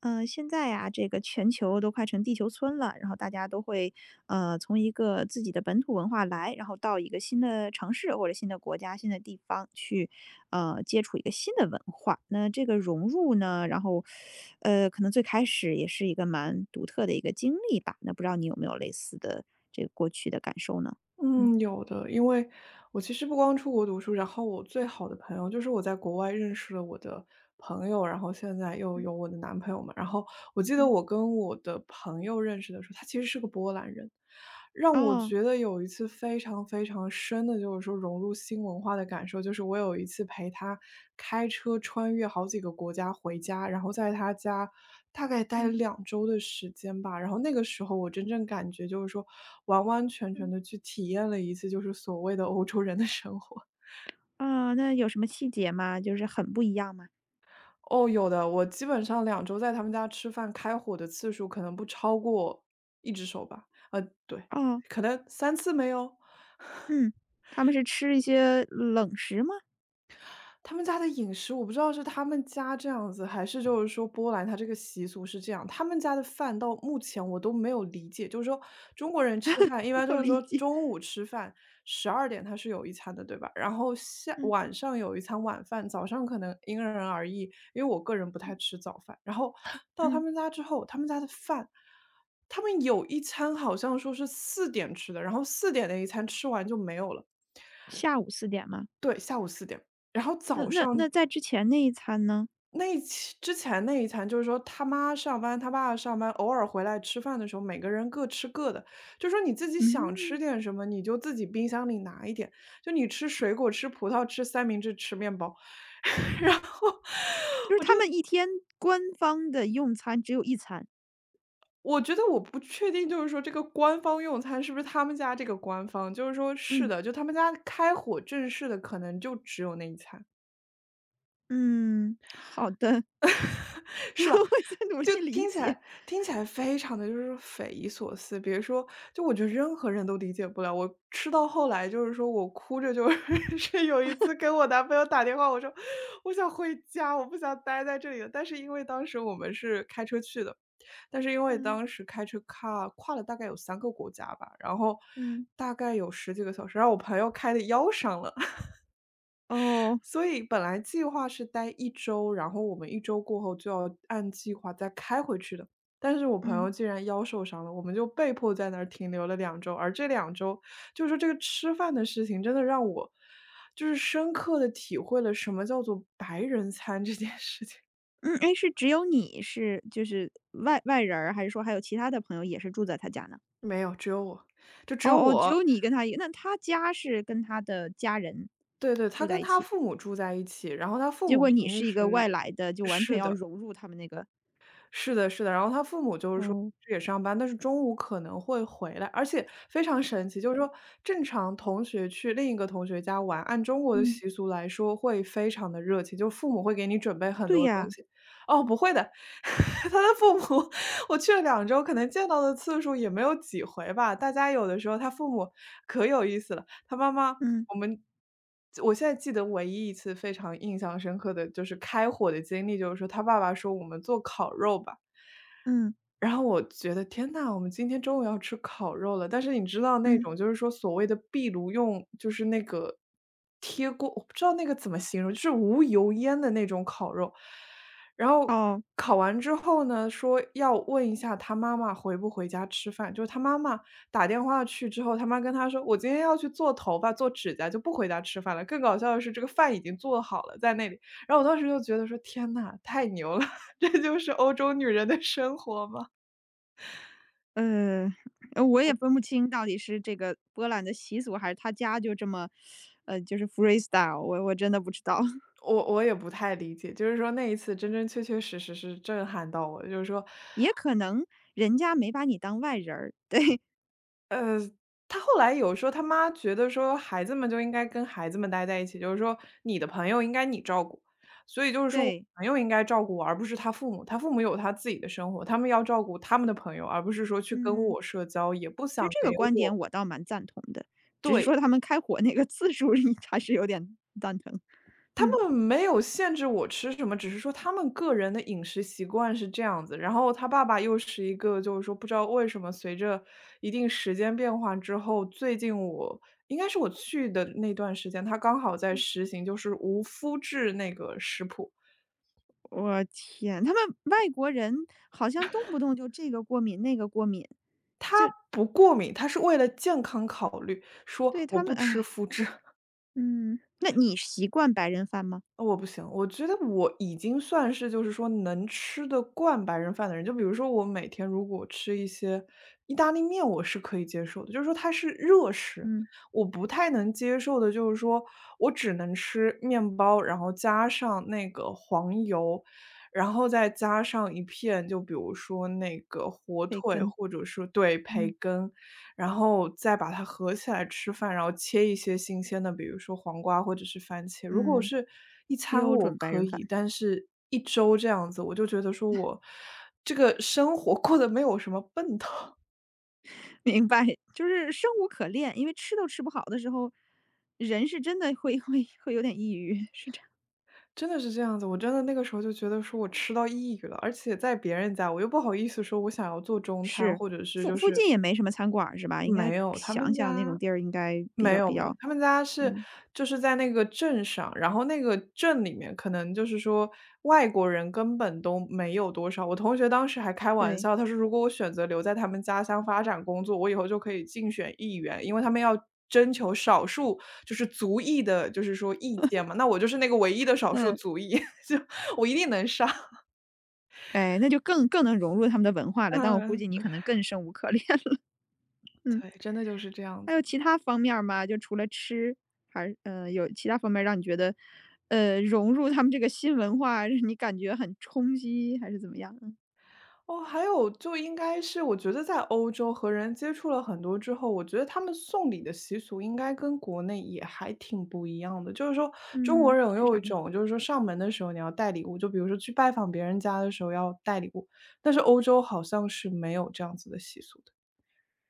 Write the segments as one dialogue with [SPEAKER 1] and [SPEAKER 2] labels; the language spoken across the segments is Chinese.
[SPEAKER 1] 嗯，现在呀，这个全球都快成地球村了，然后大家都会，从一个自己的本土文化来，然后到一个新的城市或者新的国家、新的地方去，接触一个新的文化。那这个融入呢，然后，可能最开始也是一个蛮独特的一个经历吧。那不知道你有没有类似的这个过去的感受呢？嗯，
[SPEAKER 2] 嗯，有的，因为我其实不光出国读书，然后我最好的朋友就是我在国外认识了我的朋友，然后现在又
[SPEAKER 1] 嗯
[SPEAKER 2] 有我的男朋友嘛。然后我记得
[SPEAKER 1] 嗯
[SPEAKER 2] 我跟我的朋友认识的时候，他其实是个波兰人，让我
[SPEAKER 1] 哦，
[SPEAKER 2] 觉得有一次非常非常深的，就是说融入新文化的感受，就是我有一次陪他开车穿越好几个国家回家，然后在他家大概待了
[SPEAKER 1] 嗯
[SPEAKER 2] 两周的时间吧，然后那个时候我真正感觉就是说，完完全全
[SPEAKER 1] 嗯
[SPEAKER 2] 的去体验了一次就是所谓的欧洲人的生活。
[SPEAKER 1] 啊，那有什么细节吗？就是很不一样吗？
[SPEAKER 2] 哦，有的，我基本上两周在他们家吃饭开火的次数可能不超过一只手吧，对，
[SPEAKER 1] 哦，
[SPEAKER 2] 可能3次没有？
[SPEAKER 1] 嗯，他们是吃一些冷食吗？
[SPEAKER 2] 他们家的饮食，我不知道是他们家这样子，还是就是说波兰它这个习俗是这样。他们家的饭到目前我都没有理解，就是说中国人吃饭一
[SPEAKER 1] 没
[SPEAKER 2] 般
[SPEAKER 1] 有
[SPEAKER 2] 就是
[SPEAKER 1] 理
[SPEAKER 2] 说
[SPEAKER 1] 解。
[SPEAKER 2] 中午吃饭，12点它是有一餐的，对吧？然后下
[SPEAKER 1] 嗯，
[SPEAKER 2] 晚上有一餐晚饭，早上可能因人而异，因为我个人不太
[SPEAKER 1] 嗯，
[SPEAKER 2] 吃早饭。然后 到他
[SPEAKER 1] 嗯，
[SPEAKER 2] 们家之后，他们家的饭，他们有一餐好像说是四点吃的，然后四点的一餐吃完就没有了，
[SPEAKER 1] 下午四点吗？
[SPEAKER 2] 对，下午4点。然后
[SPEAKER 1] 那
[SPEAKER 2] 早
[SPEAKER 1] 那
[SPEAKER 2] 上
[SPEAKER 1] 那在之前那一餐呢？
[SPEAKER 2] 那一期之前那一餐就是说他妈上班，他爸上班，偶尔回来吃饭的时候，每个人各吃各的。就说你自己想吃
[SPEAKER 1] 嗯，
[SPEAKER 2] 点什么，你就自己冰箱里拿一点。就你吃水果、吃葡萄、吃三明治、吃面包，然后
[SPEAKER 1] 就是
[SPEAKER 2] 我
[SPEAKER 1] 他
[SPEAKER 2] 就
[SPEAKER 1] 们一天官方的用餐只有一餐。
[SPEAKER 2] 我觉得我不确定，就是说这个官方用餐是不是他们家这个官方，就是说是
[SPEAKER 1] 嗯，
[SPEAKER 2] 的，就他们家开火正式的可能就只有那一餐。
[SPEAKER 1] 嗯，好的，
[SPEAKER 2] 是吧？
[SPEAKER 1] 我在努力
[SPEAKER 2] 就
[SPEAKER 1] 理
[SPEAKER 2] 听起
[SPEAKER 1] 解。
[SPEAKER 2] 来听起来非常的就是匪夷所思，别说就我觉得任何人都理解不了。我吃到后来就是说我哭着就是 有一次跟我男朋友打电话，我说：“我想回家，我不想待在这里了。”但是因为当时我们是开车去的，但是因为
[SPEAKER 1] 嗯，
[SPEAKER 2] 当时开车跨了大概有3个国家吧，然后
[SPEAKER 1] 嗯，
[SPEAKER 2] 大概有十几个小时，然后我朋友开的腰伤了。
[SPEAKER 1] 哦，
[SPEAKER 2] 所以本来计划是待一周，然后我们一周过后就要按计划再开回去的。但是我朋
[SPEAKER 1] 嗯，
[SPEAKER 2] 友竟然腰受伤了，我们就被迫在那儿停留了两周，而这2周就是说这个吃饭的事情真的让我就是深刻的体会了什么叫做白人餐这件事情。
[SPEAKER 1] 嗯，哎，是只有你是就是外人儿，还是说还有其他的朋友也是住在他家呢？
[SPEAKER 2] 没有，只有我，就只有
[SPEAKER 1] 哦哦，只
[SPEAKER 2] 我
[SPEAKER 1] 有你跟他一个那他家是跟他的家人
[SPEAKER 2] 对对，
[SPEAKER 1] 住
[SPEAKER 2] 他
[SPEAKER 1] 在
[SPEAKER 2] 跟
[SPEAKER 1] 一
[SPEAKER 2] 他
[SPEAKER 1] 起？
[SPEAKER 2] 父母住在一起，然后他父
[SPEAKER 1] 结
[SPEAKER 2] 母
[SPEAKER 1] 果你
[SPEAKER 2] 平
[SPEAKER 1] 是一个外
[SPEAKER 2] 时
[SPEAKER 1] 来的，就完全
[SPEAKER 2] 是
[SPEAKER 1] 要
[SPEAKER 2] 的。
[SPEAKER 1] 融入他们那个
[SPEAKER 2] 是的，是的。然后他父母就是说
[SPEAKER 1] 哦，
[SPEAKER 2] 是也上班，但是中午可能会回来，而且非常神奇，就是说正常同学去另一个同学家玩，按中国的
[SPEAKER 1] 嗯，
[SPEAKER 2] 习俗来说会非常的热情，就父母会给你准备很
[SPEAKER 1] 对
[SPEAKER 2] 多东
[SPEAKER 1] 呀，
[SPEAKER 2] 西。哦，不会的，他的父母，我去了两周，可能见到的次数也没有几回吧。大家有的时候他父母可有意思了，他妈妈
[SPEAKER 1] 嗯
[SPEAKER 2] 我们我现在记得唯一一次非常印象深刻的就是开火的经历，就是说他爸爸说我们做烤肉吧，
[SPEAKER 1] 嗯
[SPEAKER 2] 然后我觉得天呐，我们今天中午要吃烤肉了，但是你知道那
[SPEAKER 1] 嗯，
[SPEAKER 2] 种就是说所谓的壁炉用就是那个贴锅，我不知道那个怎么形容，就是无油烟的那种烤肉。然后
[SPEAKER 1] 哦，
[SPEAKER 2] 烤完之后呢，说要问一下他妈妈回不回家吃饭，就是他妈妈打电话去之后，他妈跟他说：“我今天要去做头发、做指甲，就不回家吃饭了。”更搞笑的是，这个饭已经做好了在那里。然后我当时就觉得说：“天呐，太牛了，这就是欧洲女人的生活吗？”
[SPEAKER 1] 呃，我也分不清到底是这个波兰的习俗，还是他家就这么，就是 freestyle，我真的不知道，
[SPEAKER 2] 我也不太理解，就是说那一次真真确确实实是震撼到我就是说，
[SPEAKER 1] 也可能人家没把你当外人儿，
[SPEAKER 2] 他后来有说他妈觉得说孩子们就应该跟孩子们待在一起，就是说你的朋友应该你照顾，所以就是说我
[SPEAKER 1] 对，
[SPEAKER 2] 朋友应该照顾我，而不是他父母，他父母有他自己的生活，他们要照顾他们的朋友，而不是说去跟
[SPEAKER 1] 嗯，
[SPEAKER 2] 我社交，也不
[SPEAKER 1] 其
[SPEAKER 2] 想
[SPEAKER 1] 实这
[SPEAKER 2] 给
[SPEAKER 1] 个观点
[SPEAKER 2] 我
[SPEAKER 1] 我倒蛮赞同的，只是说
[SPEAKER 2] 对
[SPEAKER 1] 他们开火那个次数 你还是有点蛋疼，
[SPEAKER 2] 他
[SPEAKER 1] 嗯。
[SPEAKER 2] 们没有限制我吃什么，只是说他们个人的饮食习惯是这样子。然后他爸爸又是一个就是说不知道为什么随着一定时间变化之后，最近我应该是我去的那段时间，他刚好在实行就是无麸质那个食谱。
[SPEAKER 1] 我天，他们外国人好像动不动就这个过敏那个过敏，
[SPEAKER 2] 他不过敏，他是为了健康考虑，
[SPEAKER 1] 对
[SPEAKER 2] 说我
[SPEAKER 1] 他们，
[SPEAKER 2] 不吃
[SPEAKER 1] 哎，
[SPEAKER 2] 麸质。
[SPEAKER 1] 嗯，那你习惯白人饭吗？
[SPEAKER 2] 我不行，我觉得我已经算是就是说能吃得惯白人饭的人。就比如说我每天如果吃一些意大利面，我是可以接受的，就是说它是热食。
[SPEAKER 1] 嗯，
[SPEAKER 2] 我不太能接受的就是说我只能吃面包，然后加上那个黄油，然后再加上一片，就比如说那个火
[SPEAKER 1] 培
[SPEAKER 2] 腿
[SPEAKER 1] 根，
[SPEAKER 2] 或者是对，培
[SPEAKER 1] 嗯
[SPEAKER 2] 根。然后再把它合起来吃饭，然后切一些新鲜的，比如说黄瓜或者是番茄。如果
[SPEAKER 1] 嗯，
[SPEAKER 2] 是一餐
[SPEAKER 1] 标
[SPEAKER 2] 我
[SPEAKER 1] 准白
[SPEAKER 2] 可
[SPEAKER 1] 人饭，
[SPEAKER 2] 以，但是一周这样子，我就觉得说我这个生活 过得没有什么奔头，
[SPEAKER 1] 明白，就是生无可恋，因为吃都吃不好的时候，人是真的会有点抑郁，是这样，
[SPEAKER 2] 真的是这样子。我真的那个时候就觉得说我吃到抑郁了，而且在别人家我又不好意思说我想要做中餐，
[SPEAKER 1] 是
[SPEAKER 2] 或者是
[SPEAKER 1] 附
[SPEAKER 2] 就
[SPEAKER 1] 附
[SPEAKER 2] 是
[SPEAKER 1] 近也没什么餐馆儿是吧？应该
[SPEAKER 2] 没有他
[SPEAKER 1] 想
[SPEAKER 2] 们
[SPEAKER 1] 想那
[SPEAKER 2] 家
[SPEAKER 1] 种地儿应该比
[SPEAKER 2] 没
[SPEAKER 1] 较
[SPEAKER 2] 有
[SPEAKER 1] 比
[SPEAKER 2] 没有，
[SPEAKER 1] 较，
[SPEAKER 2] 他们家是
[SPEAKER 1] 嗯，
[SPEAKER 2] 就是在那个镇上，然后那个镇里面可能就是说外国人根本都没有多少。我同学当时还开玩
[SPEAKER 1] 对，
[SPEAKER 2] 笑，他说如果我选择留在他们家乡发展工作，我以后就可以竞选议员，因为他们要征求少数就是族裔的，就是说意见嘛，那我就是那个唯一的少数
[SPEAKER 1] 嗯，
[SPEAKER 2] 族裔，就我一定能上。
[SPEAKER 1] 哎，那就更能融入他们的文化了，但我估
[SPEAKER 2] 嗯，
[SPEAKER 1] 计你可能更生无可恋。嗯，
[SPEAKER 2] 对对，真的就是这样
[SPEAKER 1] 还有
[SPEAKER 2] 子。
[SPEAKER 1] 其他方面儿吗？就除了吃，还是有其他方面让你觉得，融入他们这个新文化，让你感觉很冲击，还是怎么样呢？
[SPEAKER 2] 哦，还有就应该是我觉得在欧洲和人接触了很多之后，我觉得他们送礼的习俗应该跟国内也还挺不一样的。就是说，中国
[SPEAKER 1] 嗯，
[SPEAKER 2] 人
[SPEAKER 1] 是啥
[SPEAKER 2] 有一
[SPEAKER 1] 呢？
[SPEAKER 2] 种就是说上门的时候你要带礼物，就比如说去拜访别人家的时候要带礼物，但是欧洲好像是没有这样子的习俗的。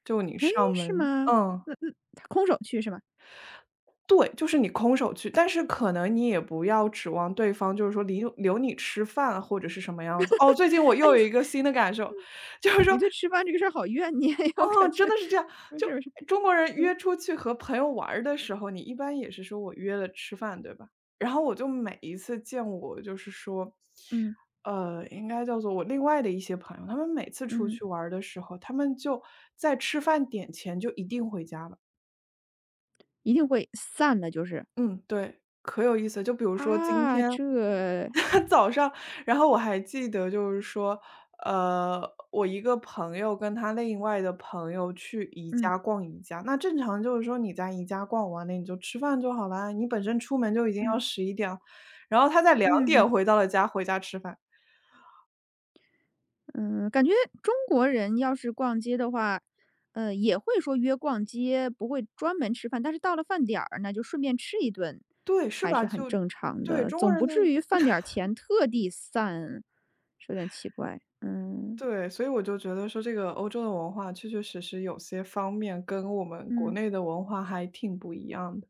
[SPEAKER 2] 就你
[SPEAKER 1] 哎，
[SPEAKER 2] 上
[SPEAKER 1] 是
[SPEAKER 2] 门
[SPEAKER 1] 吗？
[SPEAKER 2] 嗯，
[SPEAKER 1] 那他空手去是吗？
[SPEAKER 2] 对，就是你空手去，但是可能你也不要指望对方就是说留你吃饭或者是什么样子。哦，最近我
[SPEAKER 1] 哎，
[SPEAKER 2] 又有一个新的感受。
[SPEAKER 1] 你对吃饭这个事儿好怨念呀，我
[SPEAKER 2] 哦，
[SPEAKER 1] 感
[SPEAKER 2] 真
[SPEAKER 1] 觉，
[SPEAKER 2] 的是这样。
[SPEAKER 1] 不
[SPEAKER 2] 就
[SPEAKER 1] 是没事，
[SPEAKER 2] 中国人约出去和朋友玩儿的时候，你一般也是说我约了吃饭，对吧？然后我就每一次见我就是说，
[SPEAKER 1] 嗯
[SPEAKER 2] 应该叫做我另外的一些朋友，他们每次出
[SPEAKER 1] 嗯嗯，
[SPEAKER 2] 去玩儿的时候，他们就在吃饭点前就一定回家了。
[SPEAKER 1] 一定会散的，就是。
[SPEAKER 2] 嗯，对，可有意思了就比如说今
[SPEAKER 1] 啊，
[SPEAKER 2] 天
[SPEAKER 1] 这，
[SPEAKER 2] 早上，然后我还记得就是说，呃，我一个朋友跟他另外的朋友去宜
[SPEAKER 1] 嗯
[SPEAKER 2] 家逛宜家，那正常就是说你在宜家逛完了，你就吃饭就好啦，你本身出门就已经要
[SPEAKER 1] 嗯。
[SPEAKER 2] 11点了，然后他在两
[SPEAKER 1] 嗯
[SPEAKER 2] 点
[SPEAKER 1] 嗯。
[SPEAKER 2] 回到了家，回家吃饭。
[SPEAKER 1] 嗯，感觉中国人要是逛街的话，也会说约逛街，不会专门吃饭，但是到了饭点儿，那就顺便吃一顿，
[SPEAKER 2] 对，是
[SPEAKER 1] 还
[SPEAKER 2] 吧？
[SPEAKER 1] 是
[SPEAKER 2] 就
[SPEAKER 1] 很正常
[SPEAKER 2] 对，
[SPEAKER 1] 的，
[SPEAKER 2] 中国
[SPEAKER 1] 总
[SPEAKER 2] 人
[SPEAKER 1] 不
[SPEAKER 2] 的
[SPEAKER 1] 至于饭点儿前特地散，是有点奇怪。嗯
[SPEAKER 2] 对，所以我就觉得说这个欧洲的文化确确实实有些方面跟我们国
[SPEAKER 1] 嗯，
[SPEAKER 2] 内的文化还挺不一样的。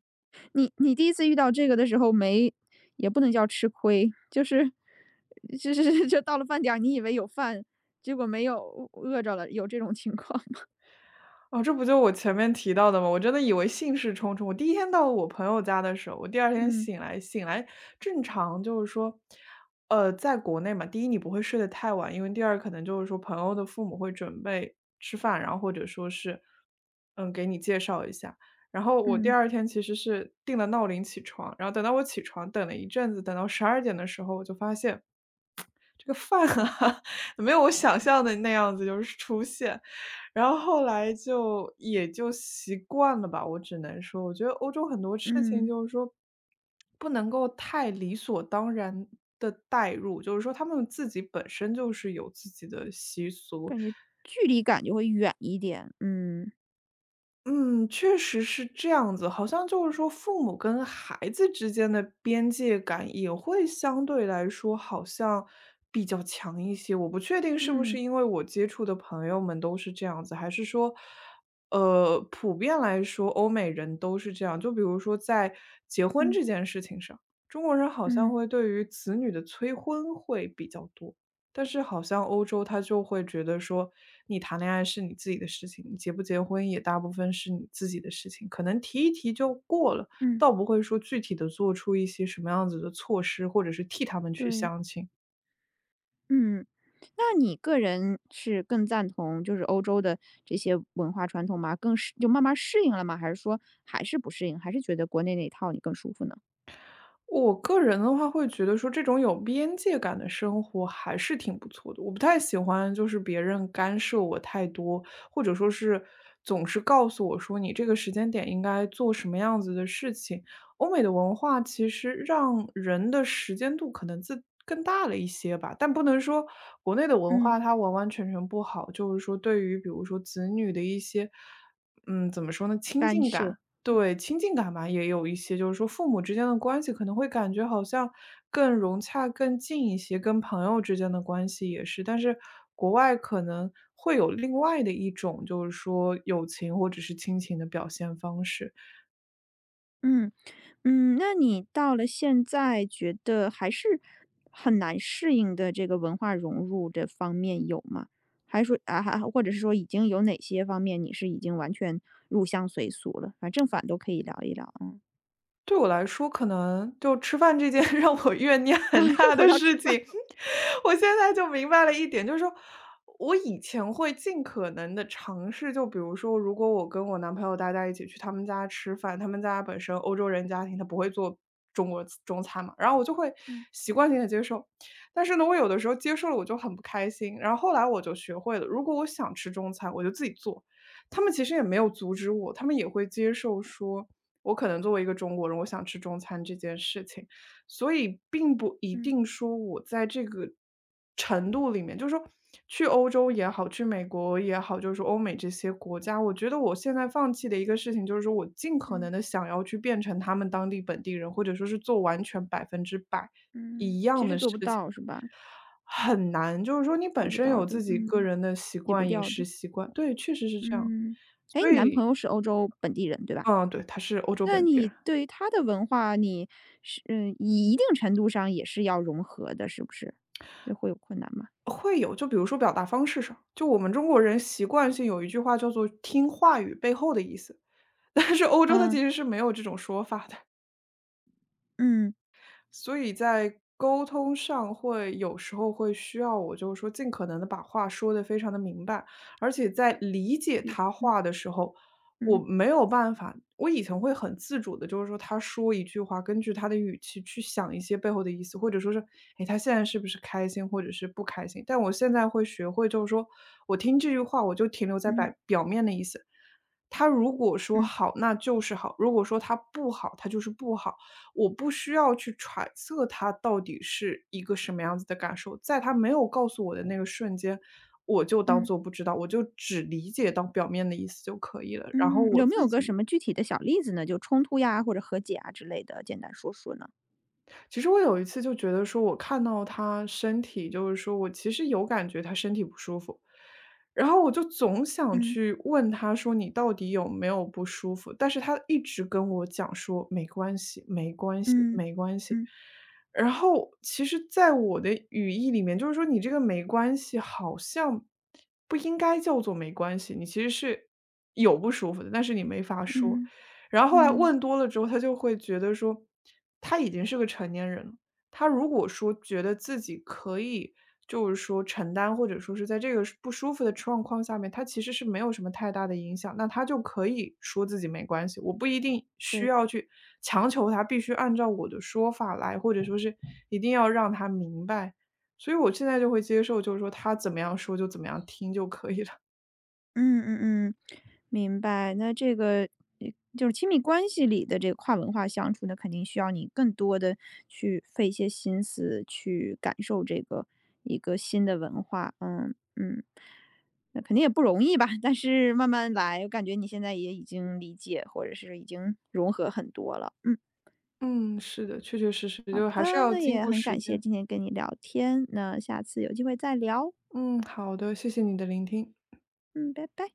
[SPEAKER 1] 你第一次遇到这个的时候没也不能叫吃亏，就是 就到了饭点儿，你以为有饭，结果没有，饿着了，有这种情况吗
[SPEAKER 2] 哦，这不就我前面提到的吗？我真的以为兴致冲冲。我第一天到我朋友家的时候，我第二 天
[SPEAKER 1] 嗯
[SPEAKER 2] 醒来，正常就是说，在国内嘛，第一你不会睡得太晚，因为第二可能就是说朋友的父母会准备吃饭，然后或者说是，嗯，给你介绍一下。然后我第
[SPEAKER 1] 嗯
[SPEAKER 2] 二天其实是定了闹铃起床，然后等到我起床，等了一阵子，等到12点的时候，我就发现这个饭啊 没有我想象的那样子，就是出现。然后后来就也就习惯了吧，我只能说，我觉得欧洲很多事情
[SPEAKER 1] 嗯。
[SPEAKER 2] 就是说，不能够太理所当然的带入，就是说他们自己本身就是有自己的习俗，
[SPEAKER 1] 距离感就会远一点，嗯，
[SPEAKER 2] 嗯，确实是这样子，好像就是说父母跟孩子之间的边界感也会相对来说好像比较强一些。我不确定是不
[SPEAKER 1] 嗯，
[SPEAKER 2] 是因为我接触的朋友们都是这样子，还是说，普遍来说欧美人都是这样。就比如说在结婚
[SPEAKER 1] 嗯，
[SPEAKER 2] 这件事情上，中国人好像
[SPEAKER 1] 嗯，
[SPEAKER 2] 会对于子女的催婚会比较多。但是好像欧洲他就会觉得说，你谈恋爱是你自己的事情，你结不结婚也大部分是你自己的事情，可能提一提就过了，
[SPEAKER 1] 嗯，
[SPEAKER 2] 倒不会说具体的做出一些什么样子的措施，或者是替他们去
[SPEAKER 1] 对，
[SPEAKER 2] 相亲。
[SPEAKER 1] 嗯。那你个人是更赞同就是欧洲的这些文化传统吗？更是就慢慢适应了吗？还是说还是不适应，还是觉得国内那一套你更舒服呢？
[SPEAKER 2] 我个人的话会觉得说这种有边界感的生活还是挺不错的。我不太喜欢就是别人干涉我太多，或者说是总是告诉我说你这个时间点应该做什么样子的事情。欧美的文化其实让人的时间度可能自更大了一些吧，但不能说国内的文
[SPEAKER 1] 嗯，
[SPEAKER 2] 化它完完全全不好。就是说对于比如说子女的一些，嗯，怎么说呢，亲
[SPEAKER 1] 干
[SPEAKER 2] 近
[SPEAKER 1] 涉，
[SPEAKER 2] 感。对，亲近感嘛，也有一些，就是说父母之间的关系可能会感觉好像更融洽、更近一些，跟朋友之间的关系也是。但是国外可能会有另外的一种，就是说友情或者是亲情的表现方式。
[SPEAKER 1] 嗯。嗯，那你到了现在觉得还是很难适应的这个文化融入这方面有吗？还是说啊，还或者是说已经有哪些方面你是已经完全入乡随俗了？反正正反都可以聊一聊啊
[SPEAKER 2] 对我来说，可能就吃饭这件 让我怨念
[SPEAKER 1] 然
[SPEAKER 2] 很
[SPEAKER 1] 后又
[SPEAKER 2] 大
[SPEAKER 1] 回
[SPEAKER 2] 的
[SPEAKER 1] 到
[SPEAKER 2] 事
[SPEAKER 1] 吃
[SPEAKER 2] 情，
[SPEAKER 1] 饭，
[SPEAKER 2] 我现在就明白了一点，就是说我以前会尽可能的尝试，就比如说，如果我跟我男朋友大家一起去他们家吃饭，他们家本身欧洲人家庭，他不会做中国中餐嘛，然后我就会
[SPEAKER 1] 嗯
[SPEAKER 2] 习惯性的接受。但是呢，我有的时候接受了我就很不开心，然后后来我就学会了，如果我想吃中餐，我就自己做。他们其实也没有阻止我，他们也会接受说我可能作为一个中国人，我想吃中餐这件事情，所以并不一
[SPEAKER 1] 嗯
[SPEAKER 2] 定说我在这个程度里面，就是说去欧洲也好，去美国也好，就是欧美这些国家，我觉得我现在放弃的一个事情，就是说我尽可
[SPEAKER 1] 嗯
[SPEAKER 2] 能的想要去变成他们当地本地人，或者说是做完全百分之百
[SPEAKER 1] 嗯，
[SPEAKER 2] 一
[SPEAKER 1] 其
[SPEAKER 2] 样
[SPEAKER 1] 实
[SPEAKER 2] 的事
[SPEAKER 1] 做不
[SPEAKER 2] 情，
[SPEAKER 1] 到是吧？
[SPEAKER 2] 很难。就是说你
[SPEAKER 1] 做
[SPEAKER 2] 本
[SPEAKER 1] 不
[SPEAKER 2] 身
[SPEAKER 1] 到
[SPEAKER 2] 有
[SPEAKER 1] 的，
[SPEAKER 2] 自己
[SPEAKER 1] 嗯，
[SPEAKER 2] 个人的习
[SPEAKER 1] 洗不
[SPEAKER 2] 惯，饮
[SPEAKER 1] 掉的，
[SPEAKER 2] 食习惯，对，确实是这样。
[SPEAKER 1] 嗯。哎，
[SPEAKER 2] 所
[SPEAKER 1] 你男朋
[SPEAKER 2] 以，
[SPEAKER 1] 友是欧洲本地人对吧？
[SPEAKER 2] 嗯，对，他是欧洲
[SPEAKER 1] 那
[SPEAKER 2] 本地
[SPEAKER 1] 你
[SPEAKER 2] 人。
[SPEAKER 1] 对于他的文化，你是嗯，一定程度上也是要融合的，是不是？就会有困难吗？
[SPEAKER 2] 会有，就比如说表达方式上，就我们中国人习惯性有一句话叫做“听话语背后的意思”，但是欧洲它
[SPEAKER 1] 嗯
[SPEAKER 2] 其实是没有这种说法的。
[SPEAKER 1] 嗯，
[SPEAKER 2] 所以在沟通上会有时候会需要我就是说尽可能的把话说得非常的明白，而且在理解他
[SPEAKER 1] 嗯
[SPEAKER 2] 话的时候，我
[SPEAKER 1] 嗯
[SPEAKER 2] 没有办法我以前会很自主的，就是说他说一句话，根据他的语气去想一些背后的意思，或者说是，哎，他现在是不是开心或者是不开心。但我现在会学会就是说，我听这句话我就停留在
[SPEAKER 1] 嗯
[SPEAKER 2] 表表面的意思，他如果说
[SPEAKER 1] 嗯
[SPEAKER 2] 好，那就是好，如果说他不好，他就是不好。我不需要去揣测他到底是一个什么样子的感受，在他没有告诉我的那个瞬间，我就当
[SPEAKER 1] 嗯
[SPEAKER 2] 做不知道，我就只理解到表面的意思就可以了。然后
[SPEAKER 1] 嗯，
[SPEAKER 2] 我
[SPEAKER 1] 有没
[SPEAKER 2] 自
[SPEAKER 1] 有个什
[SPEAKER 2] 己
[SPEAKER 1] 么具体的小例子呢？就冲突呀，或者和解啊之类的，简单说说呢？
[SPEAKER 2] 其实我有一次就觉得说，我看到他身体，就是说我其实有感觉他身体不舒服，然后我就总想
[SPEAKER 1] 嗯
[SPEAKER 2] 去问他说你到底有没有不舒服，但是他一直跟我讲说没关系，没关系，
[SPEAKER 1] 嗯
[SPEAKER 2] 没关系。
[SPEAKER 1] 嗯
[SPEAKER 2] 然后其实，在我的语义里面，就是说你这个没关系，好像不应该叫做没关系，你其实是有不舒服的，但是你没法说。
[SPEAKER 1] 嗯
[SPEAKER 2] 然后后来
[SPEAKER 1] 嗯，
[SPEAKER 2] 问多了之后，他就会觉得说，他已经是个成年人了，他如果说觉得自己可以，就是说承担或者说是在这个不舒服的状况下面，他其实是没有什么太大的影响，那他就可以说自己没关系，我不一定需
[SPEAKER 1] 对。
[SPEAKER 2] 要去强求他必须按照我的说法来，或者说是一定要让他明白。所以我现在就会接受，就是说他怎么样说就怎么样听就可以了。
[SPEAKER 1] 嗯嗯嗯，明白。那这个呃就是亲密关系里的这个跨文化相处，那肯定需要你更多的去费一些心思去感受这个一个新的文化。嗯嗯，那肯定也不容易吧，但是慢慢来，我感觉你现在也已经理解或者是已经融合很多了。嗯，
[SPEAKER 2] 嗯，是的，确确实实，
[SPEAKER 1] 好
[SPEAKER 2] 就还是
[SPEAKER 1] 的，
[SPEAKER 2] 要
[SPEAKER 1] 那
[SPEAKER 2] 经
[SPEAKER 1] 也
[SPEAKER 2] 过
[SPEAKER 1] 很
[SPEAKER 2] 时
[SPEAKER 1] 感谢
[SPEAKER 2] 间。
[SPEAKER 1] 今天跟你聊天，那下次有机会再聊。
[SPEAKER 2] 嗯，好的，谢谢你的聆听。
[SPEAKER 1] 嗯，拜拜。